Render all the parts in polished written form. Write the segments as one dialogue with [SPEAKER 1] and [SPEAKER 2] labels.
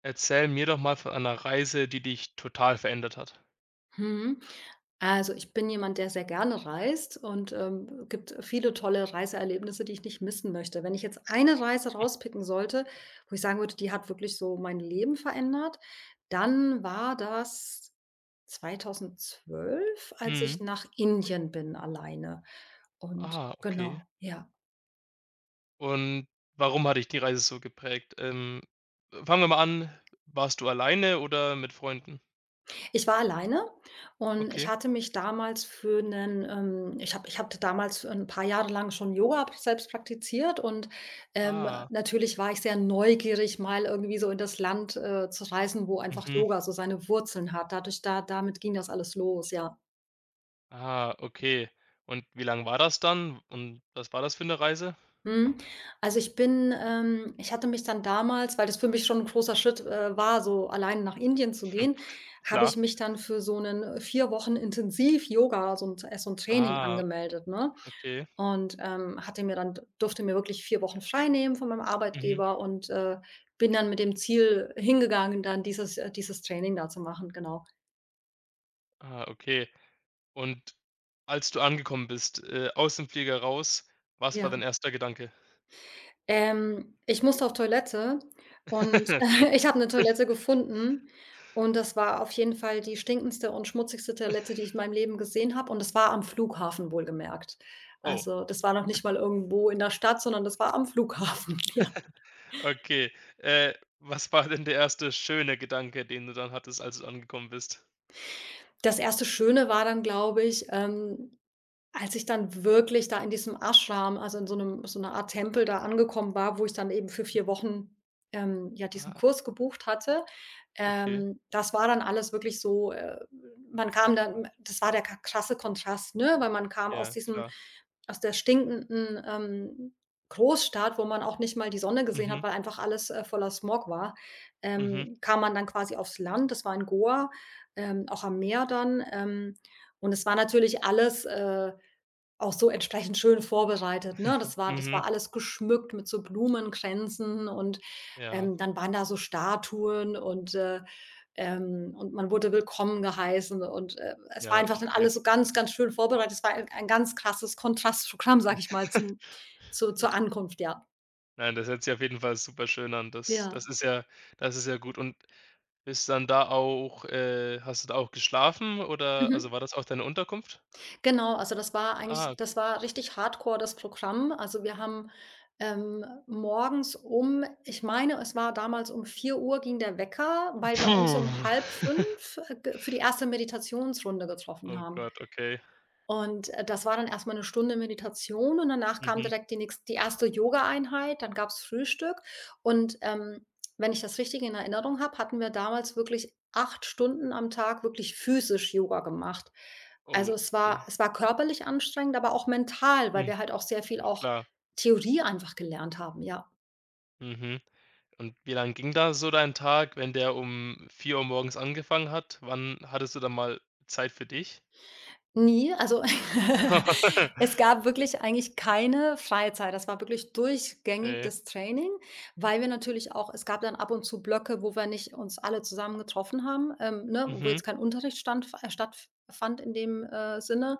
[SPEAKER 1] Erzähl mir doch mal von einer Reise, die dich total verändert hat.
[SPEAKER 2] Mhm. Also, ich bin jemand, der sehr gerne reist und gibt viele tolle Reiseerlebnisse, die ich nicht missen möchte. Wenn ich jetzt eine Reise rauspicken sollte, wo ich sagen würde, die hat wirklich so mein Leben verändert, dann war das 2012, als ich
[SPEAKER 1] Mhm.
[SPEAKER 2] nach Indien bin alleine und
[SPEAKER 1] Ah, okay.
[SPEAKER 2] genau, ja.
[SPEAKER 1] Und warum hat dich die Reise so geprägt? Fangen wir mal an, warst du alleine oder mit Freunden?
[SPEAKER 2] Ich war alleine und
[SPEAKER 1] Okay.
[SPEAKER 2] ich hatte damals 'n paar Jahre lang schon Yoga selbst praktiziert und
[SPEAKER 1] Ah.
[SPEAKER 2] natürlich war ich sehr neugierig, mal irgendwie so in das Land zu reisen, wo einfach
[SPEAKER 1] Mhm.
[SPEAKER 2] Yoga so seine Wurzeln hat. Dadurch da damit ging das alles los, ja.
[SPEAKER 1] Ah, okay. Und wie lang war das dann? Und was war das für eine Reise?
[SPEAKER 2] Mhm. Also, ich hatte mich dann damals, weil das für mich schon 'n großer Schritt war, so allein nach Indien zu
[SPEAKER 1] Hm,
[SPEAKER 2] gehen, habe ich
[SPEAKER 1] klar.
[SPEAKER 2] mich dann für so 'nen 4 Wochen Intensiv-Yoga, so 'n Training
[SPEAKER 1] Ah,
[SPEAKER 2] angemeldet, ne?
[SPEAKER 1] okay.
[SPEAKER 2] Und hatte mir dann durfte mir wirklich 4 Wochen freinehmen von meinem
[SPEAKER 1] Mhm.
[SPEAKER 2] Arbeitgeber und bin dann mit dem Ziel hingegangen, dann dieses Training da zu machen, genau.
[SPEAKER 1] Ah, okay. Und als du angekommen bist, aus dem Flieger raus, was war
[SPEAKER 2] Ja.
[SPEAKER 1] dein erster Gedanke?
[SPEAKER 2] Ich musste auf Toilette und
[SPEAKER 1] Okay.
[SPEAKER 2] ich habe 'ne Toilette gefunden und das war auf jeden Fall die stinkendste und schmutzigste Toilette, die ich in meinem Leben gesehen habe, und das war am Flughafen, wohlgemerkt.
[SPEAKER 1] Oh.
[SPEAKER 2] Also, das war noch nicht mal irgendwo in der Stadt, sondern das war am Flughafen, ja.
[SPEAKER 1] Okay. Äh, Was war denn der erste schöne Gedanke, den du dann hattest, als du angekommen bist?
[SPEAKER 2] Das erste Schöne war dann, glaube ich, als ich dann wirklich da in diesem Ashram, also in so 'ner Art Tempel da angekommen war, wo ich dann eben für 4 Wochen ja, diesen
[SPEAKER 1] Ah,
[SPEAKER 2] Kurs gebucht hatte,
[SPEAKER 1] okay.
[SPEAKER 2] das war dann alles wirklich so man kam dann, das war der k krasse Kontrast, ne, weil man kam
[SPEAKER 1] Ja, klar.
[SPEAKER 2] aus der stinkenden Großstadt, wo man auch nicht mal die Sonne gesehen hat,
[SPEAKER 1] Mhm,
[SPEAKER 2] weil einfach alles voller Smog war,
[SPEAKER 1] mhm,
[SPEAKER 2] kam man dann quasi aufs Land. Das war in Goa, auch am Meer dann, und es war natürlich alles auch so entsprechend schön vorbereitet, ne? Das
[SPEAKER 1] mhm.
[SPEAKER 2] war alles geschmückt mit so Blumenkränzen und,
[SPEAKER 1] Ja,
[SPEAKER 2] dann waren da so Statuen und und man wurde willkommen geheißen und es war
[SPEAKER 1] ja,
[SPEAKER 2] einfach dann
[SPEAKER 1] okay.
[SPEAKER 2] alles so ganz, ganz schön vorbereitet. Es war ein ganz krasses Kontrastprogramm, sage ich mal, zum zu zur Ankunft, ja.
[SPEAKER 1] Nein, das hört sich auf jeden Fall super schön an. Das
[SPEAKER 2] Ja.
[SPEAKER 1] das ist ja das ist ja gut. Und bist dann da auch hast du da auch geschlafen? Oder
[SPEAKER 2] Mhm.
[SPEAKER 1] also, war das auch deine Unterkunft?
[SPEAKER 2] Genau, also
[SPEAKER 1] Ah,
[SPEAKER 2] das
[SPEAKER 1] okay.
[SPEAKER 2] war richtig hardcore, das Programm. Also, wir haben morgens um, ich meine, es war damals um 4 Uhr ging der Wecker, weil wir uns
[SPEAKER 1] Puh.
[SPEAKER 2] um 4:30 ge für die erste Meditationsrunde getroffen
[SPEAKER 1] Oh
[SPEAKER 2] haben.
[SPEAKER 1] Gott, okay.
[SPEAKER 2] Und das war dann erstmal 1 Stunde Meditation und danach kam
[SPEAKER 1] Mhm.
[SPEAKER 2] direkt die erste Yogaeinheit, dann gab's Frühstück und wenn ich das richtig in Erinnerung habe, hatten wir damals wirklich 8 Stunden am Tag wirklich physisch Yoga gemacht. Also,
[SPEAKER 1] Oh, okay.
[SPEAKER 2] es war körperlich anstrengend, aber auch mental, weil
[SPEAKER 1] Mhm,
[SPEAKER 2] wir halt auch sehr viel auch
[SPEAKER 1] klar.
[SPEAKER 2] Theorie einfach gelernt haben, ja.
[SPEAKER 1] Mhm. Und wie lang ging da so dein Tag, wenn der um vier Uhr morgens angefangen hat? Wann hattest du dann mal Zeit für dich?
[SPEAKER 2] Nie, also es gab wirklich eigentlich keine Freizeit. Das war wirklich durchgängig
[SPEAKER 1] Okay.
[SPEAKER 2] das Training, weil wir natürlich auch, es gab dann ab und zu Blöcke, wo wir nicht uns alle zusammen getroffen haben, ne, wo
[SPEAKER 1] Mhm.
[SPEAKER 2] jetzt kein Unterricht stand stattfand in dem Sinne,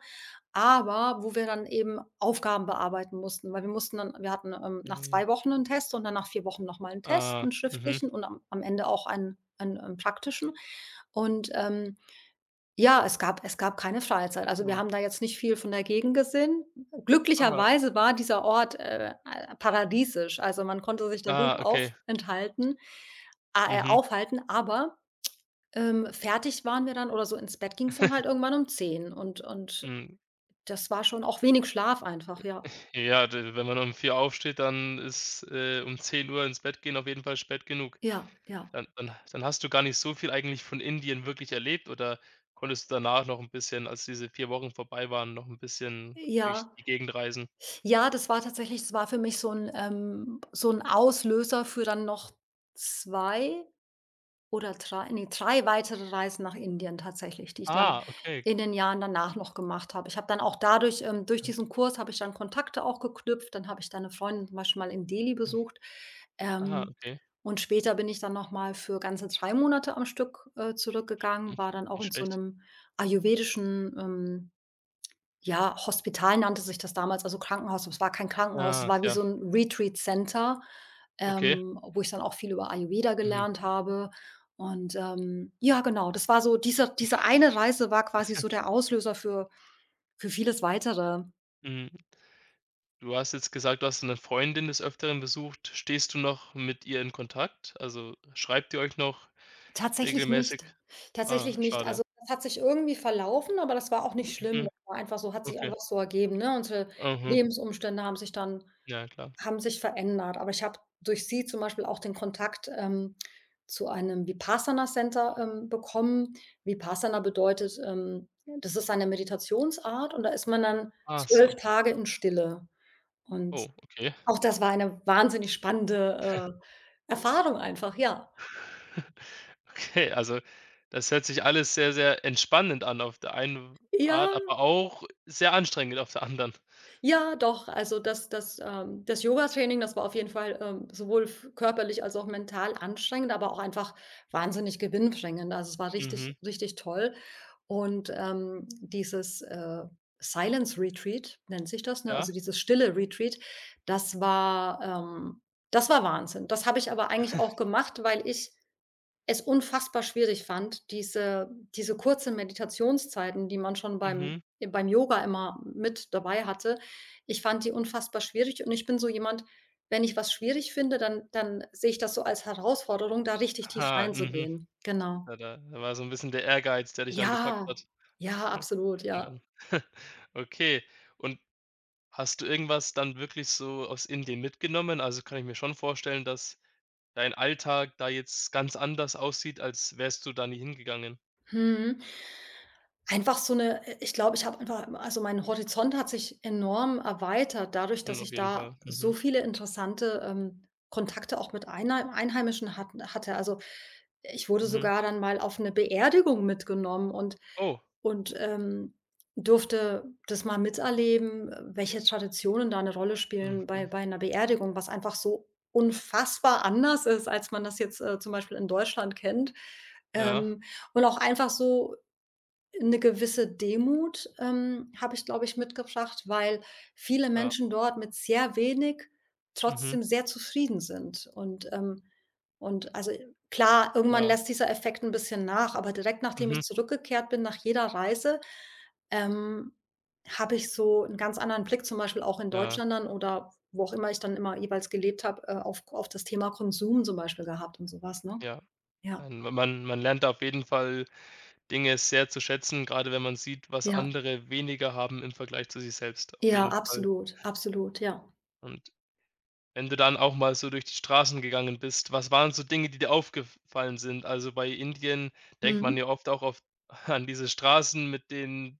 [SPEAKER 2] aber wo wir dann eben Aufgaben bearbeiten mussten, weil wir mussten dann wir hatten
[SPEAKER 1] Ja,
[SPEAKER 2] nach
[SPEAKER 1] ja.
[SPEAKER 2] 2 Wochen einen Test und dann nach 4 Wochen noch mal 'n Test,
[SPEAKER 1] Ah,
[SPEAKER 2] einen
[SPEAKER 1] mhm.
[SPEAKER 2] schriftlichen und am Ende auch einen praktischen und ja, es gab keine Freizeit. Also, wir
[SPEAKER 1] Hm.
[SPEAKER 2] haben da jetzt nicht viel von der Gegend gesehen.
[SPEAKER 1] Ah,
[SPEAKER 2] Glücklicherweise war dieser Ort a paradiesisch. Also, man konnte sich da gut
[SPEAKER 1] ah, okay.
[SPEAKER 2] aufenthalten
[SPEAKER 1] Mhm.
[SPEAKER 2] aufhalten, aber fertig waren wir dann, oder so ins Bett ging's dann halt irgendwann um 10
[SPEAKER 1] Hm.
[SPEAKER 2] das war schon auch wenig Schlaf einfach, ja.
[SPEAKER 1] Ja, d wenn man um vier aufsteht, dann ist, um zehn Uhr ins Bett gehen auf jeden Fall spät genug.
[SPEAKER 2] Ja, ja.
[SPEAKER 1] Dann hast du gar nicht so viel eigentlich von Indien wirklich erlebt? Oder konntest du danach noch ein bisschen, als diese 4 Wochen vorbei waren, noch ein bisschen durch
[SPEAKER 2] Ja.
[SPEAKER 1] die Gegend reisen?
[SPEAKER 2] Ja, das war tatsächlich, das war für mich so ein Auslöser für dann noch 2. Oder 3 nee 3 weitere Reisen nach Indien tatsächlich, die ich dann
[SPEAKER 1] Ah, okay.
[SPEAKER 2] in den Jahren danach noch gemacht habe. Ich habe dann auch dadurch, durch
[SPEAKER 1] Mhm.
[SPEAKER 2] diesen Kurs, habe ich dann Kontakte auch geknüpft. Dann habe ich da eine Freundin zum Beispiel mal in Delhi besucht.
[SPEAKER 1] Aha,
[SPEAKER 2] Ähm,
[SPEAKER 1] okay.
[SPEAKER 2] und später bin ich dann noch mal für ganze 3 Monate am Stück zurückgegangen,
[SPEAKER 1] Mhm.
[SPEAKER 2] war dann auch
[SPEAKER 1] Nicht
[SPEAKER 2] in so
[SPEAKER 1] schlecht.
[SPEAKER 2] einem ayurvedischen, ja, Hospital nannte sich das damals, also Krankenhaus. Es war kein Krankenhaus, es
[SPEAKER 1] Ah,
[SPEAKER 2] war wie
[SPEAKER 1] ja,
[SPEAKER 2] so 'n Retreat Center,
[SPEAKER 1] okay.
[SPEAKER 2] wo ich dann auch viel über Ayurveda
[SPEAKER 1] Mhm,
[SPEAKER 2] gelernt habe. Und ja, genau, das war so, diese eine Reise war quasi so der Auslöser für vieles Weitere.
[SPEAKER 1] mhm. Du hast jetzt gesagt, du hast eine Freundin des Öfteren besucht. Stehst du noch mit ihr in Kontakt? Also, schreibt ihr euch noch
[SPEAKER 2] Tatsächlich
[SPEAKER 1] regelmäßig?
[SPEAKER 2] nicht.
[SPEAKER 1] Ah,
[SPEAKER 2] Tatsächlich nicht. Also,
[SPEAKER 1] schade.
[SPEAKER 2] das hat sich irgendwie verlaufen, aber das war auch nicht schlimm.
[SPEAKER 1] Mhm,
[SPEAKER 2] Das war einfach so hat sich
[SPEAKER 1] okay.
[SPEAKER 2] einfach so ergeben, ne? Unsere
[SPEAKER 1] Mhm.
[SPEAKER 2] Lebensumstände haben sich dann,
[SPEAKER 1] Ja, klar.
[SPEAKER 2] haben sich verändert. Aber ich habe durch sie zum Beispiel auch den Kontakt zu einem Vipassana Center bekommen. Vipassana bedeutet das ist eine Meditationsart, und da ist man dann
[SPEAKER 1] Ach so.
[SPEAKER 2] 12 Tage in Stille. Und
[SPEAKER 1] Oh, okay.
[SPEAKER 2] auch das war eine wahnsinnig spannende Erfahrung einfach, ja.
[SPEAKER 1] Okay, also, das hört sich alles sehr, sehr entspannend an auf der einen
[SPEAKER 2] Ja.
[SPEAKER 1] Art, aber auch sehr anstrengend auf der anderen.
[SPEAKER 2] Ja, doch. Also, das Yogatraining, das war auf jeden Fall sowohl f körperlich als auch mental anstrengend, aber auch einfach wahnsinnig gewinnbringend. Also, es war richtig,
[SPEAKER 1] Mhm,
[SPEAKER 2] richtig toll. Und dieses Silence Retreat nennt sich das, ne?
[SPEAKER 1] ja.
[SPEAKER 2] Also, dieses stille Retreat, das war, ähm das war Wahnsinn. Das habe ich aber eigentlich auch gemacht, weil ich es unfassbar schwierig fand, diese kurzen Meditationszeiten, die man schon
[SPEAKER 1] Mhm.
[SPEAKER 2] beim Yoga immer mit dabei hatte. Ich fand die unfassbar schwierig, und ich bin so jemand, wenn ich was schwierig finde, dann sehe ich das so als Herausforderung, da richtig tief
[SPEAKER 1] Aha, mhm.
[SPEAKER 2] reinzugehen. Genau.
[SPEAKER 1] Ja, da da war so 'n bisschen der Ehrgeiz, der dich dann gepackt
[SPEAKER 2] Ja,
[SPEAKER 1] hat
[SPEAKER 2] ja, absolut,
[SPEAKER 1] und
[SPEAKER 2] ja.
[SPEAKER 1] dann okay. Und hast du irgendwas dann wirklich so aus Indien mitgenommen? Also, kann ich mir schon vorstellen, dass dein Alltag da jetzt ganz anders aussieht, als wärst du da nie hingegangen.
[SPEAKER 2] Mhm. Einfach so 'ne ich glaube, ich habe einfach also, mein Horizont hat sich enorm erweitert dadurch, dass
[SPEAKER 1] Mhm, auf
[SPEAKER 2] ich
[SPEAKER 1] jeden
[SPEAKER 2] da
[SPEAKER 1] Fall. Mhm,
[SPEAKER 2] so viele interessante Kontakte auch mit Einheimischen hatte. Also, ich wurde
[SPEAKER 1] mhm.
[SPEAKER 2] sogar dann mal auf 'ne Beerdigung mitgenommen
[SPEAKER 1] Oh.
[SPEAKER 2] und durfte das mal miterleben, welche Traditionen da 'ne Rolle
[SPEAKER 1] Mhm,
[SPEAKER 2] spielen
[SPEAKER 1] mhm.
[SPEAKER 2] bei 'ner Beerdigung, was einfach so unfassbar anders ist, als man das jetzt, zum Beispiel in Deutschland, kennt.
[SPEAKER 1] Ja,
[SPEAKER 2] Ähm, und auch einfach so eine gewisse Demut habe ich, glaube ich, mitgebracht, weil viele
[SPEAKER 1] ja.
[SPEAKER 2] Menschen dort mit sehr wenig
[SPEAKER 1] Mhm,
[SPEAKER 2] trotzdem sehr zufrieden sind. Und also, klar, irgendwann
[SPEAKER 1] ja.
[SPEAKER 2] lässt dieser Effekt ein bisschen nach, aber direkt nachdem
[SPEAKER 1] Mhm,
[SPEAKER 2] ich zurückgekehrt bin nach jeder Reise, ähm, habe ich so einen ganz anderen Blick, zum Beispiel auch in
[SPEAKER 1] ja,
[SPEAKER 2] Deutschland dann, oder wo auch immer ich dann immer jeweils gelebt habe, auf das Thema Konsum zum Beispiel gehabt und sowas, ne?
[SPEAKER 1] ja.
[SPEAKER 2] Ja,
[SPEAKER 1] Nein, man lernt da auf jeden Fall Dinge sehr zu schätzen, grade wenn man sieht, was
[SPEAKER 2] ja,
[SPEAKER 1] andere weniger haben im Vergleich zu sich selbst, auf
[SPEAKER 2] ja,
[SPEAKER 1] jeden Fall.
[SPEAKER 2] absolut, absolut, ja.
[SPEAKER 1] Und wenn du dann auch mal so durch die Straßen gegangen bist, was waren so Dinge, die dir aufgefallen sind? Also, bei Indien denkt
[SPEAKER 2] Mhm.
[SPEAKER 1] man ja oft auch auf an diese Straßen mit den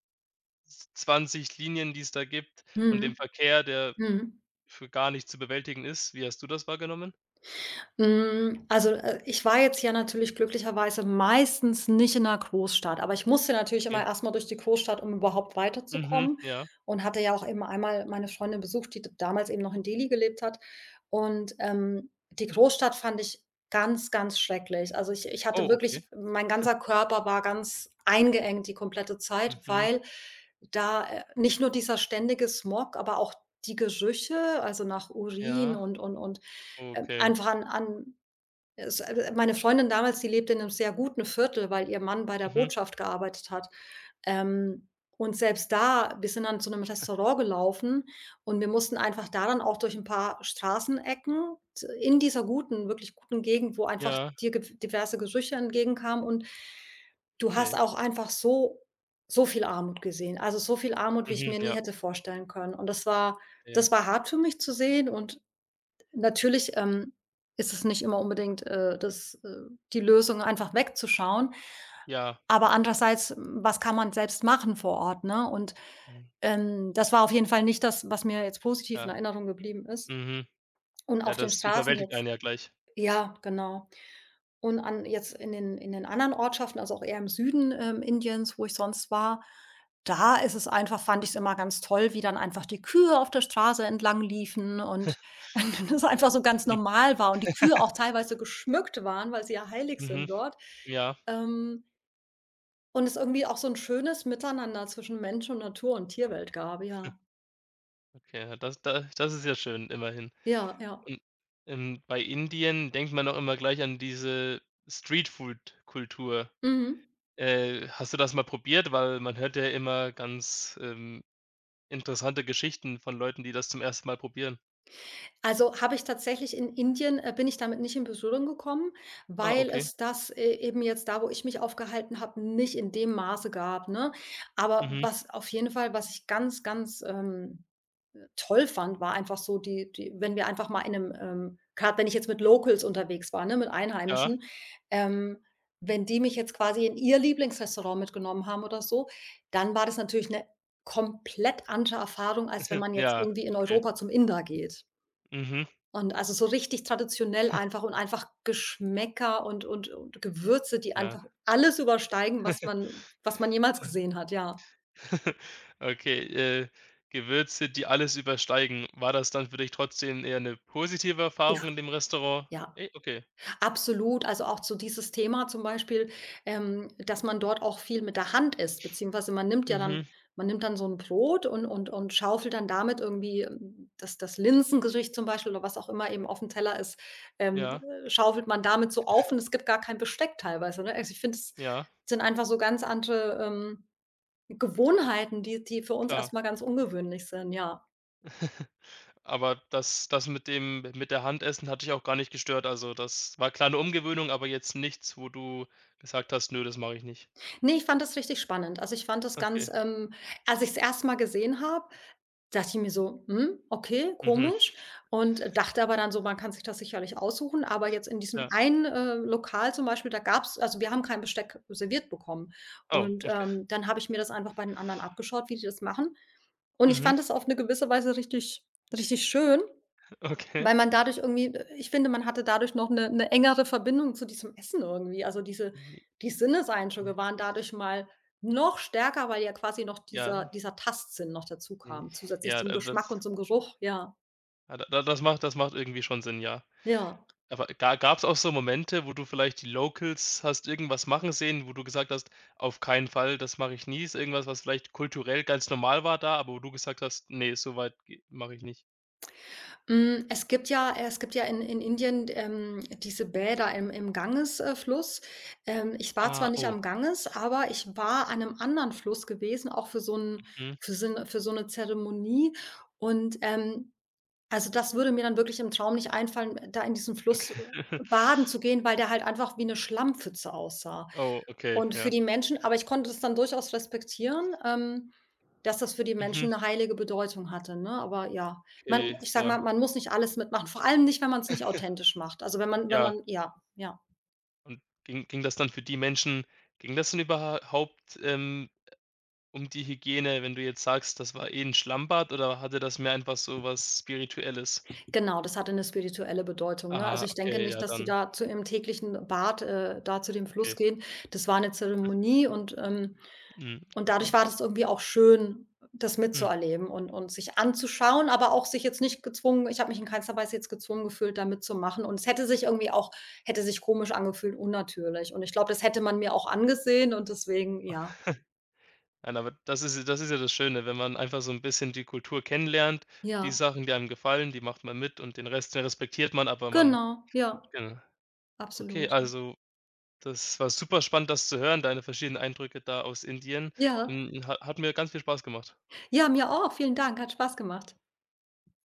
[SPEAKER 1] z 20 Linien, die es da gibt, und dem
[SPEAKER 2] Mhm,
[SPEAKER 1] Verkehr, der
[SPEAKER 2] mhm.
[SPEAKER 1] für gar nicht zu bewältigen ist. Wie hast du das wahrgenommen?
[SPEAKER 2] Hm, also ich war jetzt ja natürlich glücklicherweise meistens nicht in 'ner Großstadt, aber ich musste natürlich immer
[SPEAKER 1] Okay.
[SPEAKER 2] erst mal durch die Großstadt, um überhaupt
[SPEAKER 1] Mhm,
[SPEAKER 2] weiterzukommen,
[SPEAKER 1] ja.
[SPEAKER 2] und hatte ja auch eben einmal meine Freundin besucht, die d damals eben noch in Delhi gelebt hat. Und die Großstadt fand ich ganz, ganz schrecklich. Also, ich hatte
[SPEAKER 1] Oh, okay.
[SPEAKER 2] wirklich, mein ganzer Körper war ganz eingeengt die komplette Zeit,
[SPEAKER 1] Mhm,
[SPEAKER 2] weil da nicht nur dieser ständige Smog, aber auch die Gerüche, also nach Urin
[SPEAKER 1] ja.
[SPEAKER 2] und
[SPEAKER 1] Okay.
[SPEAKER 2] einfach an an es meine Freundin damals, die lebte in einem sehr guten Viertel, weil ihr Mann bei der
[SPEAKER 1] Mhm,
[SPEAKER 2] Botschaft gearbeitet hat. Ähm, und selbst da, wir sind dann zu einem Restaurant gelaufen, und wir mussten einfach da dann auch durch ein paar Straßenecken t in dieser guten, wirklich guten Gegend, wo einfach
[SPEAKER 1] ja.
[SPEAKER 2] dir gef diverse Gerüche entgegenkamen und du hast
[SPEAKER 1] Okay.
[SPEAKER 2] auch einfach so so viel Armut gesehen. Also, so viel Armut, wie ich
[SPEAKER 1] Mhm,
[SPEAKER 2] mir nie
[SPEAKER 1] ja.
[SPEAKER 2] hätte vorstellen können. Und
[SPEAKER 1] Okay.
[SPEAKER 2] das war hart für mich zu sehen, und natürlich ist es nicht immer unbedingt das die Lösung, einfach wegzuschauen.
[SPEAKER 1] Ja.
[SPEAKER 2] Aber andererseits, was kann man selbst machen vor Ort, ne? Und
[SPEAKER 1] Mhm,
[SPEAKER 2] das war auf jeden Fall nicht das, was mir jetzt positiv in
[SPEAKER 1] ja.
[SPEAKER 2] Erinnerung geblieben ist.
[SPEAKER 1] Mhm.
[SPEAKER 2] Und
[SPEAKER 1] Ja,
[SPEAKER 2] auf den
[SPEAKER 1] das
[SPEAKER 2] Straßen
[SPEAKER 1] überwältigt
[SPEAKER 2] jetzt,
[SPEAKER 1] einen ja gleich.
[SPEAKER 2] ja, genau. Und, an jetzt in den anderen Ortschaften, also auch eher im Süden Indiens, wo ich sonst war, da ist es einfach, fand ich es immer ganz toll, wie dann einfach die Kühe auf der Straße entlang liefen und das einfach so ganz normal war und die Kühe auch teilweise geschmückt waren, weil sie ja heilig
[SPEAKER 1] Mhm,
[SPEAKER 2] sind dort.
[SPEAKER 1] ja.
[SPEAKER 2] Ähm, und es irgendwie auch so ein schönes Miteinander zwischen Mensch und Natur und Tierwelt gab, ja.
[SPEAKER 1] Okay, ja, das ist ja schön, immerhin.
[SPEAKER 2] Ja, ja.
[SPEAKER 1] Und, bei Indien denkt man doch immer gleich an diese Streetfood-Kultur.
[SPEAKER 2] Mhm.
[SPEAKER 1] Hast du das mal probiert? Weil man hört ja immer ganz, interessante Geschichten von Leuten, die das zum ersten Mal probieren.
[SPEAKER 2] Also, habe ich tatsächlich in Indien bin ich damit nicht in Berührung gekommen,
[SPEAKER 1] Ah,
[SPEAKER 2] weil
[SPEAKER 1] okay.
[SPEAKER 2] es das eben jetzt da, wo ich mich aufgehalten habe, nicht in dem Maße gab, ne? Aber
[SPEAKER 1] Mhm.
[SPEAKER 2] was auf jeden Fall, was ich ganz, ganz, toll fand, war einfach so die wenn wir einfach mal in einem, grad wenn ich jetzt mit Locals unterwegs war, ne, mit
[SPEAKER 1] Ja.
[SPEAKER 2] Einheimischen, ähm, wenn die mich jetzt quasi in ihr Lieblingsrestaurant mitgenommen haben oder so, dann war das natürlich eine komplett andere Erfahrung, als wenn man jetzt
[SPEAKER 1] Ja,
[SPEAKER 2] irgendwie in
[SPEAKER 1] okay.
[SPEAKER 2] Europa zum Inder geht.
[SPEAKER 1] Mhm.
[SPEAKER 2] Und also so richtig traditionell einfach und einfach Geschmäcker und Gewürze, die
[SPEAKER 1] Ja.
[SPEAKER 2] einfach alles übersteigen, was man jemals gesehen hat, ja.
[SPEAKER 1] Okay, äh, Gewürze, die alles übersteigen. War das dann für dich trotzdem eher eine positive Erfahrung
[SPEAKER 2] Ja,
[SPEAKER 1] in dem Restaurant?
[SPEAKER 2] ja.
[SPEAKER 1] Ey, okay.
[SPEAKER 2] Absolut, also auch zu dieses Thema zum Beispiel, dass man dort auch viel mit der Hand isst, beziehungsweise man nimmt ja dann
[SPEAKER 1] Mhm.
[SPEAKER 2] man nimmt dann so ein Brot und schaufelt dann damit irgendwie, das Linsengericht zum Beispiel oder was auch immer eben auf dem Teller ist, ähm,
[SPEAKER 1] Ja,
[SPEAKER 2] schaufelt man damit so auf, und es gibt gar kein Besteck teilweise, ne? Also, ich finde, es
[SPEAKER 1] ja,
[SPEAKER 2] sind einfach so ganz andere, Gewohnheiten, die für uns erst
[SPEAKER 1] klar.
[SPEAKER 2] mal ganz ungewöhnlich sind, ja.
[SPEAKER 1] Aber das mit dem mit der Hand essen hat dich auch gar nicht gestört. Also, das war kleine Umgewöhnung, aber jetzt nichts, wo du gesagt hast: „Nö, das mache ich nicht.“
[SPEAKER 2] Ne, ich fand das richtig spannend. Also, ich fand das ganz,
[SPEAKER 1] Okay.
[SPEAKER 2] als ich's erst mal gesehen habe, dachte ich mir so: „Hm, okay,
[SPEAKER 1] Mhm.
[SPEAKER 2] komisch.“ Und dachte aber dann so, man kann sich das sicherlich aussuchen. Aber jetzt in diesem
[SPEAKER 1] Ja.
[SPEAKER 2] einen, Lokal zum Beispiel, da gab es also wir haben kein Besteck serviert bekommen.
[SPEAKER 1] Oh,
[SPEAKER 2] Und,
[SPEAKER 1] okay.
[SPEAKER 2] dann habe ich mir das einfach bei den anderen abgeschaut, wie die das machen. Und ich
[SPEAKER 1] Mhm.
[SPEAKER 2] fand das auf eine gewisse Weise richtig, richtig schön,
[SPEAKER 1] Okay.
[SPEAKER 2] weil man dadurch irgendwie, ich finde, man hatte dadurch noch eine 'ne engere Verbindung zu diesem Essen irgendwie. Also, diese
[SPEAKER 1] J
[SPEAKER 2] die Sinneseindrücke waren dadurch mal noch stärker, weil ja quasi noch dieser
[SPEAKER 1] ja.
[SPEAKER 2] dieser Tastsinn noch dazu kam, zusätzlich
[SPEAKER 1] Ja,
[SPEAKER 2] zum
[SPEAKER 1] da
[SPEAKER 2] Geschmack
[SPEAKER 1] das
[SPEAKER 2] und zum Geruch, ja,
[SPEAKER 1] ah, da das macht irgendwie schon Sinn, ja.
[SPEAKER 2] ja.
[SPEAKER 1] Aber gab es auch so Momente, wo du vielleicht die Locals hast irgendwas machen sehen, wo du gesagt hast: „Auf keinen Fall, das mache ich nie.“ Ist irgendwas, was vielleicht kulturell ganz normal war da, aber wo du gesagt hast: nee, so weit mache ich nicht.“
[SPEAKER 2] Hm, es gibt ja, es gibt ja in Indien, diese Bäder im Ganges, Fluss. Ich war zwar
[SPEAKER 1] Ah,
[SPEAKER 2] nicht
[SPEAKER 1] oh.
[SPEAKER 2] am Ganges, aber ich war an einem anderen Fluss gewesen, auch für so ein
[SPEAKER 1] Mhm.
[SPEAKER 2] für so 'n für so 'ne Zeremonie und, also, das würde mir dann wirklich im Traum nicht einfallen, da in diesem Fluss
[SPEAKER 1] Okay.
[SPEAKER 2] baden zu gehen, weil der halt einfach wie 'ne Schlammpfütze aussah.
[SPEAKER 1] Oh, okay,
[SPEAKER 2] Und für
[SPEAKER 1] ja.
[SPEAKER 2] die Menschen, aber ich konnte das dann durchaus respektieren, dass das für die Menschen
[SPEAKER 1] Mhm.
[SPEAKER 2] 'ne heilige Bedeutung hatte, ne? Aber ja, man
[SPEAKER 1] Okay,
[SPEAKER 2] ich sage mal,
[SPEAKER 1] ja.
[SPEAKER 2] man muss nicht alles mitmachen, vor allem nicht, wenn man's nicht authentisch macht. Also, wenn
[SPEAKER 1] Ja,
[SPEAKER 2] man ja, ja.
[SPEAKER 1] und ging das denn überhaupt, um die Hygiene, wenn du jetzt sagst, das war eh 'n Schlammbad? Oder hatte das mehr einfach so was Spirituelles?
[SPEAKER 2] Genau, das hatte 'ne spirituelle Bedeutung, ne? Also,
[SPEAKER 1] Ah,
[SPEAKER 2] ich denke
[SPEAKER 1] okay,
[SPEAKER 2] nicht,
[SPEAKER 1] ja
[SPEAKER 2] dass die
[SPEAKER 1] dann,
[SPEAKER 2] da zu ihrem täglichen Bad, da zu dem Fluss
[SPEAKER 1] okay.
[SPEAKER 2] gehen. Das war 'ne Zeremonie und,
[SPEAKER 1] Mhm,
[SPEAKER 2] und dadurch
[SPEAKER 1] klar.
[SPEAKER 2] war das irgendwie auch schön, das
[SPEAKER 1] Mhm.
[SPEAKER 2] mitzuerleben und sich anzuschauen, aber auch sich jetzt nicht gezwungen, ich habe mich in keinster Weise jetzt gezwungen gefühlt, da mitzumachen. Und es hätte sich irgendwie auch hätte sich komisch angefühlt, unnatürlich. Und ich glaube, das hätte man mir auch angesehen, und deswegen ja.
[SPEAKER 1] Nein, aber das ist ja das Schöne, wenn man einfach so ein bisschen die Kultur kennenlernt. Die
[SPEAKER 2] Ja,
[SPEAKER 1] Sachen, die einem gefallen, die macht man mit und den Rest, den respektiert man, aber man
[SPEAKER 2] genau, ja,
[SPEAKER 1] genau. Okay,
[SPEAKER 2] absolut, ja.
[SPEAKER 1] also das war super spannend, das zu hören, deine verschiedenen Eindrücke da aus Indien.
[SPEAKER 2] Ja,
[SPEAKER 1] Hm, ha hat mir ganz viel Spaß gemacht.
[SPEAKER 2] ja, mir auch. Vielen Dank, hat Spaß gemacht.